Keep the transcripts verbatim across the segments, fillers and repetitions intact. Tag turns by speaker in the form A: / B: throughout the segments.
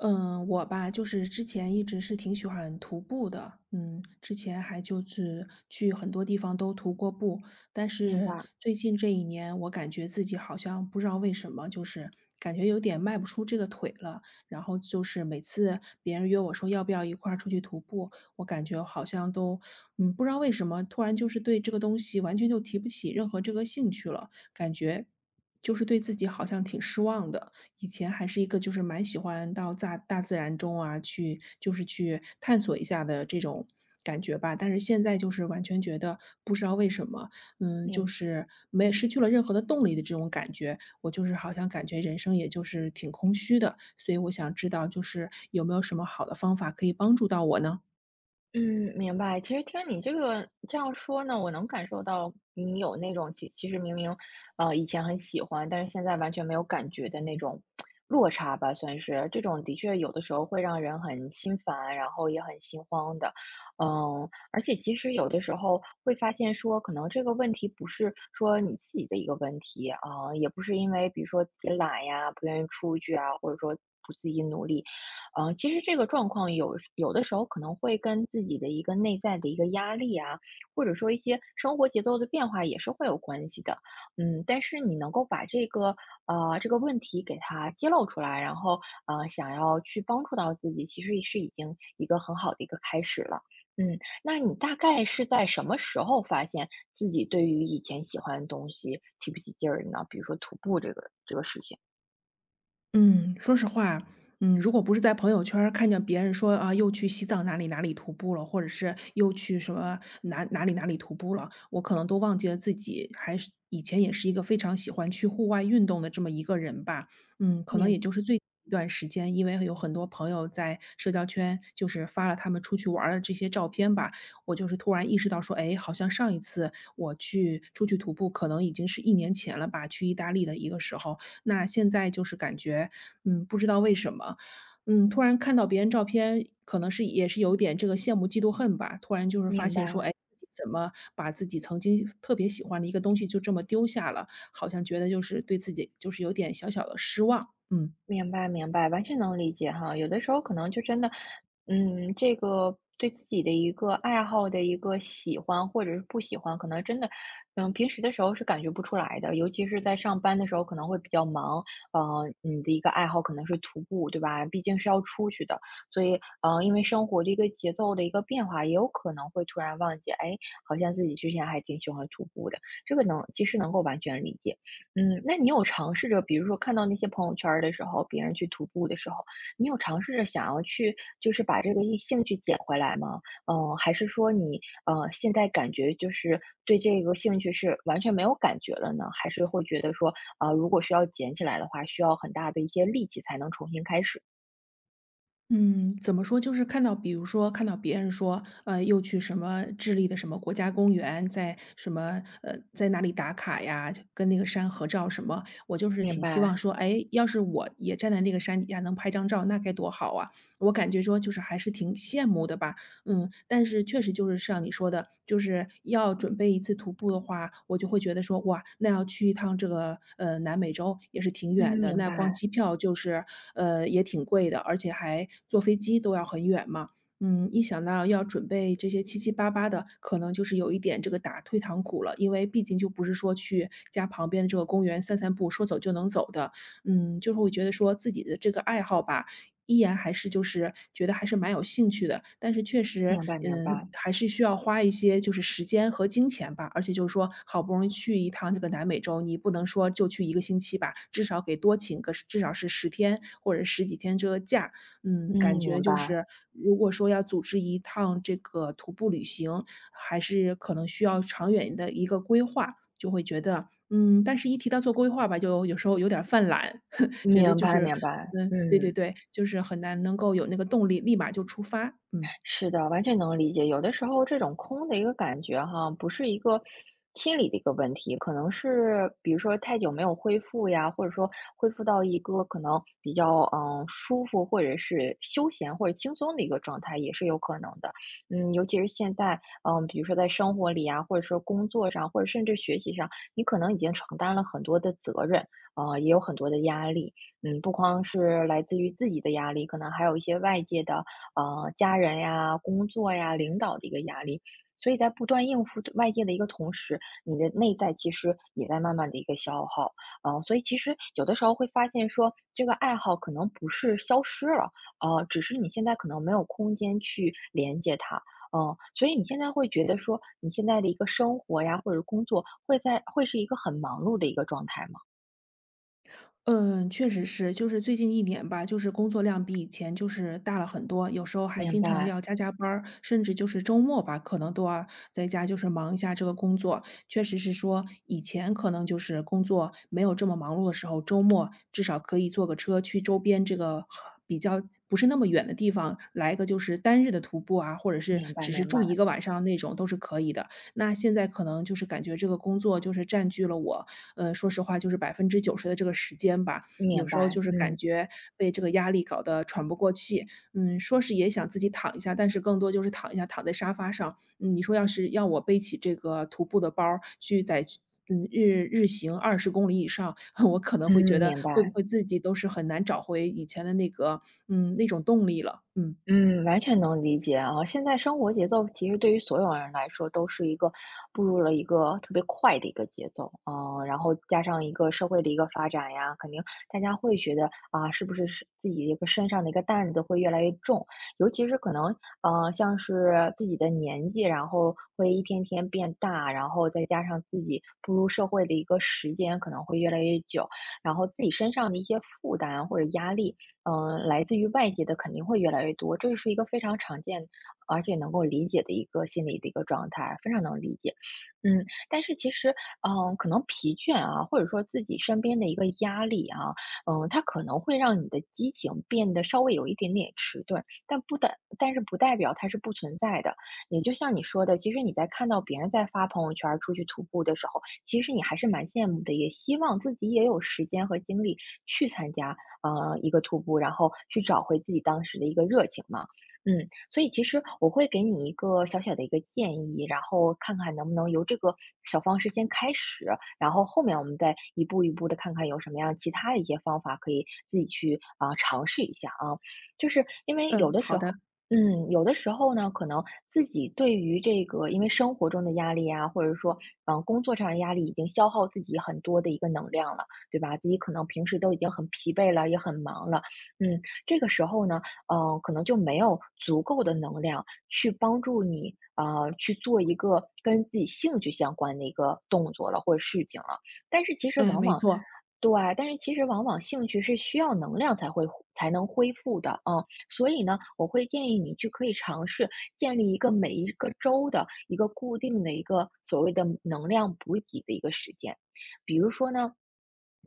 A: 嗯，我吧，就是之前一直是挺喜欢徒步的，嗯，之前还就是去很多地方都徒过步，但
B: 明
A: 是
B: 白，
A: 最近这一年，我感觉自己好像不知道为什么，就是感觉有点迈不出这个腿了。然后就是每次别人约我说要不要一块儿出去徒步，我感觉好像都，嗯，不知道为什么，突然就是对这个东西完全就提不起任何这个兴趣了，感觉就是对自己好像挺失望的。以前还是一个就是蛮喜欢到大大自然中啊，去就是去探索一下的这种感觉吧。但是现在就是完全觉得不知道为什么，嗯，
B: 明
A: 就是没失去了任何的动力的这种感觉。我就是好像感觉人生也就是挺空虚的，所以我想知道就是有没有什么好的方法可以帮助到我呢？
B: 嗯，明白。其实听你这个这样说呢，我能感受到你有那种其其实明明，呃，以前很喜欢，但是现在完全没有感觉的那种落差吧，算是。这种的确有的时候会让人很心烦，然后也很心慌的。嗯，而且其实有的时候会发现说，可能这个问题不是说你自己的一个问题啊，也不是因为比如说自己懒呀，不愿意出去啊，或者说不自己努力。嗯，其实这个状况有有的时候可能会跟自己的一个内在的一个压力啊，或者说一些生活节奏的变化也是会有关系的。嗯，但是你能够把这个呃这个问题给它揭露出来，然后呃想要去帮助到自己，其实是已经一个很好的一个开始了。嗯，那你大概是在什么时候发现自己对于以前喜欢的东西提不起劲儿呢？比如说徒步这个这个事情，
A: 嗯，说实话，嗯，如果不是在朋友圈儿看见别人说啊，又去西藏哪里哪里徒步了，或者是又去什么哪哪里哪里徒步了，我可能都忘记了自己还是以前也是一个非常喜欢去户外运动的这么一个人吧。嗯，可能
B: 明
A: 也就是最近一段时间，因为有很多朋友在社交圈就是发了他们出去玩儿的这些照片吧，我就是突然意识到说，哎，好像上一次我去出去徒步，可能已经是一年前了吧，去意大利的一个时候。那现在就是感觉，嗯，不知道为什么，嗯，突然看到别人照片，可能是也是有点这个羡慕嫉妒恨吧，突然就是发
B: 明
A: 现说，
B: 白。
A: 哎，自己怎么把自己曾经特别喜欢的一个东西就这么丢下了，好像觉得就是对自己就是有点小小的失望，嗯。
B: 明白，明白，完全能理解哈。有的时候可能就真的，嗯，这个对自己的一个爱好的一个喜欢或者是不喜欢，可能真的，嗯，平时的时候是感觉不出来的。尤其是在上班的时候，可能会比较忙。呃，你的一个爱好可能是徒步，对吧？毕竟是要出去的，所以，呃，因为生活的一个节奏的一个变化，也有可能会突然忘记，哎，好像自己之前还挺喜欢徒步的。这个能，其实能够完全理解。嗯，那你有尝试着，比如说看到那些朋友圈儿的时候，别人去徒步的时候，你有尝试着想要去，就是把这个一兴趣捡回来吗？嗯，还是说你呃现在感觉就是对这个兴趣是完全没有感觉了呢？还是会觉得说啊，呃如果需要捡起来的话，需要很大的一些力气才能重新开始？
A: 嗯，怎么说？就是看到，比如说看到别人说，呃，又去什么智利的什么国家公园，在什么呃，在哪里打卡呀，就跟那个山合照什么，我就是
B: 明
A: 挺希望
B: 白，
A: 说，哎，要是我也站在那个山底下能拍张照，那该多好啊！我感觉说，就是还是挺羡慕的吧。嗯，但是确实就是像你说的，就是要准备一次徒步的话，我就会觉得说，哇，那要去一趟这个呃南美洲也是挺远
B: 嗯，
A: 的，
B: 明
A: 那光
B: 白，
A: 机票就是呃也挺贵的，而且还坐飞机都要很远嘛。嗯，一想到要准备这些七七八八的，可能就是有一点这个打退堂鼓了，因为毕竟就不是说去家旁边的这个公园散散步，说走就能走的。嗯，就是会觉得说自己的这个爱好吧，依然还是就是觉得还是蛮有兴趣的，但是确实，
B: 明白，明
A: 嗯，
B: 白，
A: 还是需要花一些就是时间和金钱吧。而且就是说，好不容易去一趟这个南美洲，你不能说就去一个星期吧，至少给多请个至少是十天或者十几天这个假。嗯，
B: 嗯，
A: 感觉
B: 明白，
A: 就是如果说要组织一趟这个徒步旅行，还是可能需要长远的一个规划，就会觉得，嗯，但是一提到做规划吧，就有时候有点儿犯懒。觉得
B: 明
A: 就
B: 白，
A: 是
B: 明白，
A: 嗯，对对
B: 嗯。
A: 对，就是很难能够有那个动力立马就出发，嗯。
B: 是的，完全能理解。有的时候这种空的一个感觉哈，不是一个心理的一个问题，可能是比如说太久没有恢复呀，或者说恢复到一个可能比较嗯舒服，或者是休闲或者轻松的一个状态，也是有可能的。嗯，尤其是现在，嗯，比如说在生活里啊，或者说工作上，或者甚至学习上，你可能已经承担了很多的责任，啊、也有很多的压力。嗯，不光是来自于自己的压力，可能还有一些外界的。呃，家人呀、工作呀、领导的一个压力。所以在不断应付外界的一个同时，你的内在其实也在慢慢的一个消耗，呃，所以其实有的时候会发现说，这个爱好可能不是消失了，呃，只是你现在可能没有空间去连接它，嗯，所以你现在会觉得说，你现在的一个生活呀，或者工作，会在会是一个很忙碌的一个状态吗？
A: 嗯，确实是，就是最近一年吧，就是工作量比以前就是大了很多，有时候还
B: 明
A: 经常
B: 白，
A: 要加加班儿，甚至就是周末吧，可能都要在家就是忙一下这个工作。确实是说，以前可能就是工作没有这么忙碌的时候，周末至少可以坐个车去周边这个比较不是那么远的地方，来个就是单日的徒步啊，或者是
B: 明白，
A: 只是
B: 明
A: 住一
B: 白，
A: 个晚上那种都是可以的。那现在可能就是感觉这个工作就是占据了我，呃，说实话就是百分之九十的这个时间吧，有
B: 明
A: 时候
B: 白，
A: 就是感
B: 嗯
A: 觉被这个压力搞得喘不过气。嗯，说是也想自己躺一下，但是更多就是躺一下，躺在沙发上。嗯，你说要是要我背起这个徒步的包儿去在嗯，日日行二十公里以上，我可能会觉
B: 嗯，
A: 得
B: 明
A: 会不
B: 白。
A: 会自己都是很难找回以前的那个嗯，那种动力了。嗯，
B: 嗯，完全能理解啊。现在生活节奏其实对于所有人来说都是一个步入了一个特别快的一个节奏，嗯，然后加上一个社会的一个发展呀，肯定大家会觉得啊，是不是是自己一个身上的一个担子会越来越重，尤其是可能呃，像是自己的年纪，然后会一天天变大，然后再加上自己步入社会的一个时间可能会越来越久，然后自己身上的一些负担或者压力。嗯，来自于外界的肯定会越来越多，这是一个非常常见，而且能够理解的一个心理的一个状态，非常能理解。嗯，但是其实，嗯，可能疲倦啊，或者说自己身边的一个压力啊，嗯，它可能会让你的激情变得稍微有一点点迟钝，但不代，但是不代表它是不存在的。也就像你说的，其实你在看到别人在发朋友圈儿出去徒步的时候，其实你还是蛮羡慕的，也希望自己也有时间和精力去参加。呃，一个徒步，然后去找回自己当时的一个热情嘛。嗯，所以其实我会给你一个小小的一个建议，然后看看能不能由这个小方式先开始，然后后面我们再一步一步的看看有什么样其他的一些方法可以自己去啊、尝试一下啊。就是因为有
A: 嗯，
B: 的
A: 好
B: 时
A: 的，
B: 候。嗯，有的时候呢，可能自己对于这个，因为生活中的压力啊，或者说，嗯、工作上的压力，已经消耗自己很多的一个能量了。对吧？自己可能平时都已经很疲惫了，也很忙了，嗯，这个时候呢，嗯，可能就没有足够的能量去帮助你，啊呃去做一个跟自己兴趣相关的一个动作了，或者事情了。但是其实
A: 哎，
B: 往
A: 没
B: 往
A: 错，
B: 对，但是其实往往兴趣是需要能量才会恢才能恢复的，嗯，所以呢，我会建议你去可以尝试建立一个每一个周的一个固定的一个所谓的能量补给的一个时间，比如说呢，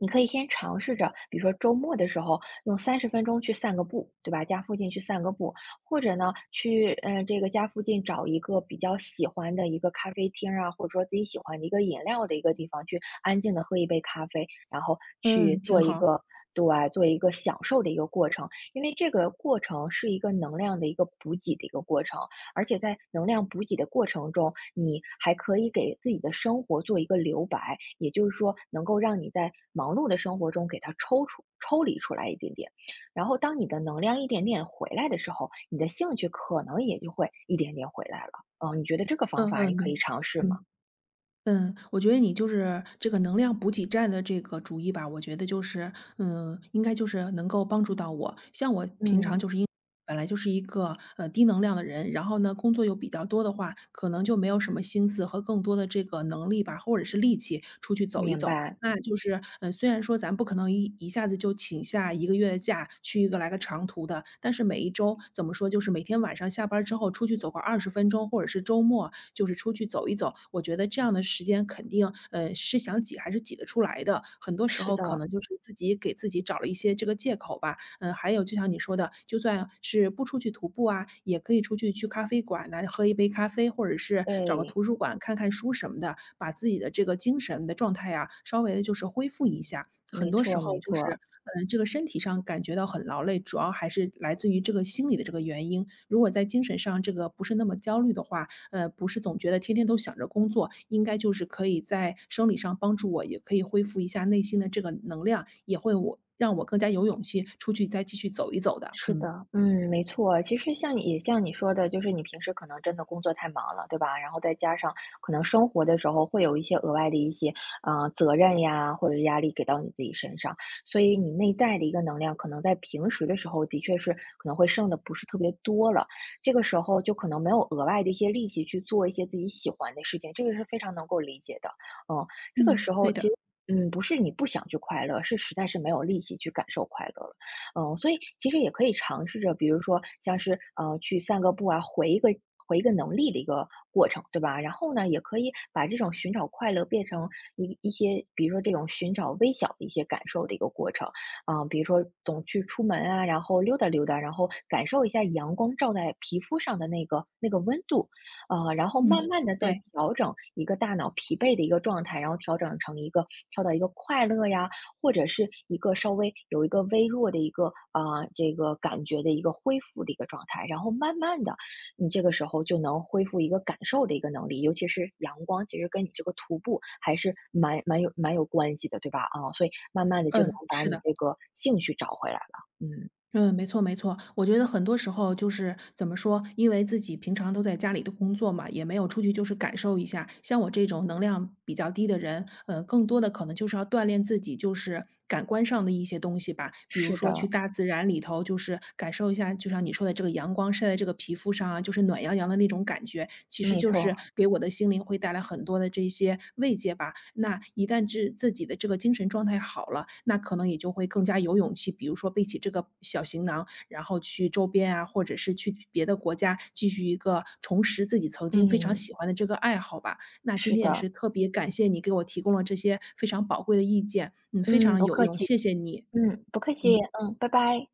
B: 你可以先尝试着，比如说周末的时候用三十分钟去散个步，对吧？家附近去散个步，或者呢，去嗯、呃这个家附近找一个比较喜欢的一个咖啡厅啊，或者说自己喜欢的一个饮料的一个地方，去安静的喝一杯咖啡，然后
A: 嗯，
B: 去
A: 挺
B: 做一
A: 好，
B: 个。对，做一个享受的一个过程，因为这个过程是一个能量的一个补给的一个过程。而且在能量补给的过程中，你还可以给自己的生活做一个留白，也就是说，能够让你在忙碌的生活中给它抽出、抽离出来一点点。然后，当你的能量一点点回来的时候，你的兴趣可能也就会一点点回来了。嗯，你觉得这个方
A: 嗯
B: 法
A: 嗯，
B: 你可
A: 明
B: 以尝试吗？
A: 嗯。嗯，我觉得你就是这个能量补给站的这个主意吧，我觉得就是，嗯，应该就是能够帮助到我。像我平常
B: 嗯，
A: 就是因本来就是一个呃低能量的人，然后呢工作又比较多的话，可能就没有什么心思和更多的这个能力吧，或者是力气出去走一
B: 明
A: 走。
B: 白，
A: 那就是，嗯，虽然说咱不可能一一下子就请下一个月的假去一个来个长途的，但是每一周怎么说，就是每天晚上下班之后出去走个二十分钟，或者是周末就是出去走一走。我觉得这样的时间肯定，呃，是想挤还是挤得出来的。很多时
B: 是
A: 候可
B: 的，
A: 能就是自己给自己找了一些这个借口吧。嗯，还有就像你说的，就算是不出去徒步啊，也可以出去去咖啡馆呐，喝一杯咖啡，或者是找个
B: 对，
A: 图书馆看看书什么的，把自己的这个精神的状态啊，稍微的就是恢复一下。很
B: 没
A: 多时
B: 错，
A: 候
B: 没
A: 就是，
B: 错。
A: 嗯，这个身体上感觉到很劳累，主要还是来自于这个心理的这个原因。如果在精神上这个不是那么焦虑的话，呃，不是总觉得天天都想着工作，应该就是可以在生理上帮助我，也可以恢复一下内心的这个能量，也会我让我更加有勇气出去再继续走一走的。
B: 是
A: 嗯，
B: 的，嗯，没错。其实像你也像你说的，就是你平时可能真的工作太忙了，对吧？然后再加上可能生活的时候会有一些额外的一些呃责任呀，或者是压力给到你自己身上，所以你内在的一个能量，可能在平时的时候的确是可能会剩的不是特别多了。这个时候就可能没有额外的一些力气去做一些自己喜欢的事情，这个是非常能够理解的。嗯，这个
A: 嗯，
B: 时候
A: 对的，
B: 其实嗯不是你不想去快乐，是实在是没有力气去感受快乐了。嗯，所以其实也可以尝试着，比如说像是呃去散个步啊，回一个回一个能力的一个过程，对吧？然后呢，也可以把这种寻找快乐变成一一些，比如说这种寻找微小的一些感受的一个过程，啊、比如说总去出门啊，然后溜达溜达，然后感受一下阳光照在皮肤上的那个那个温度，呃，然后慢
A: 嗯。
B: 慢的再
A: 对，
B: 调整一个大脑疲惫的一个状态，然后调整成一个跳到一个快乐呀，或者是一个稍微有一个微弱的一个啊、呃这个感觉的一个恢复的一个状态，然后慢慢的，你这个时候就能恢复一个感受的一个能力，尤其是阳光，其实跟你这个徒步还是蛮蛮有蛮有关系的，对吧？啊、所以慢慢的就能
A: 嗯，
B: 把
A: 是
B: 你
A: 的。
B: 这个兴趣找回来了。嗯，
A: 嗯，没错没错，我觉得很多时候就是怎么说，因为自己平常都在家里的工作嘛，也没有出去就是感受一下。像我这种能量比较低的人，呃，更多的可能就是要锻炼自己，就是感官上的一些东西吧，比如
B: 是
A: 说去
B: 的，
A: 大自然里头就是感受一下，就像你说的这个阳光晒在这个皮肤上啊，就是暖洋洋的那种感觉，其实
B: 没
A: 就是
B: 错，
A: 给我的心灵会带来很多的这些慰藉吧。那一旦自自己的这个精神状态好了，那可能也就会更加有勇气，比如说背起这个小行囊，然后去周边啊，或者是去别的国家，继续一个重拾自己曾经非常
B: 嗯，
A: 喜欢的这个爱好吧。那今
B: 是
A: 天也
B: 的，
A: 是特别感谢你给我提供了这些非常宝贵的意见，嗯，非常
B: 嗯，
A: 的
B: 不
A: 有
B: 客
A: 用，
B: 气，
A: 谢谢你，
B: 嗯，不客气，
A: 嗯。
B: 嗯，拜拜。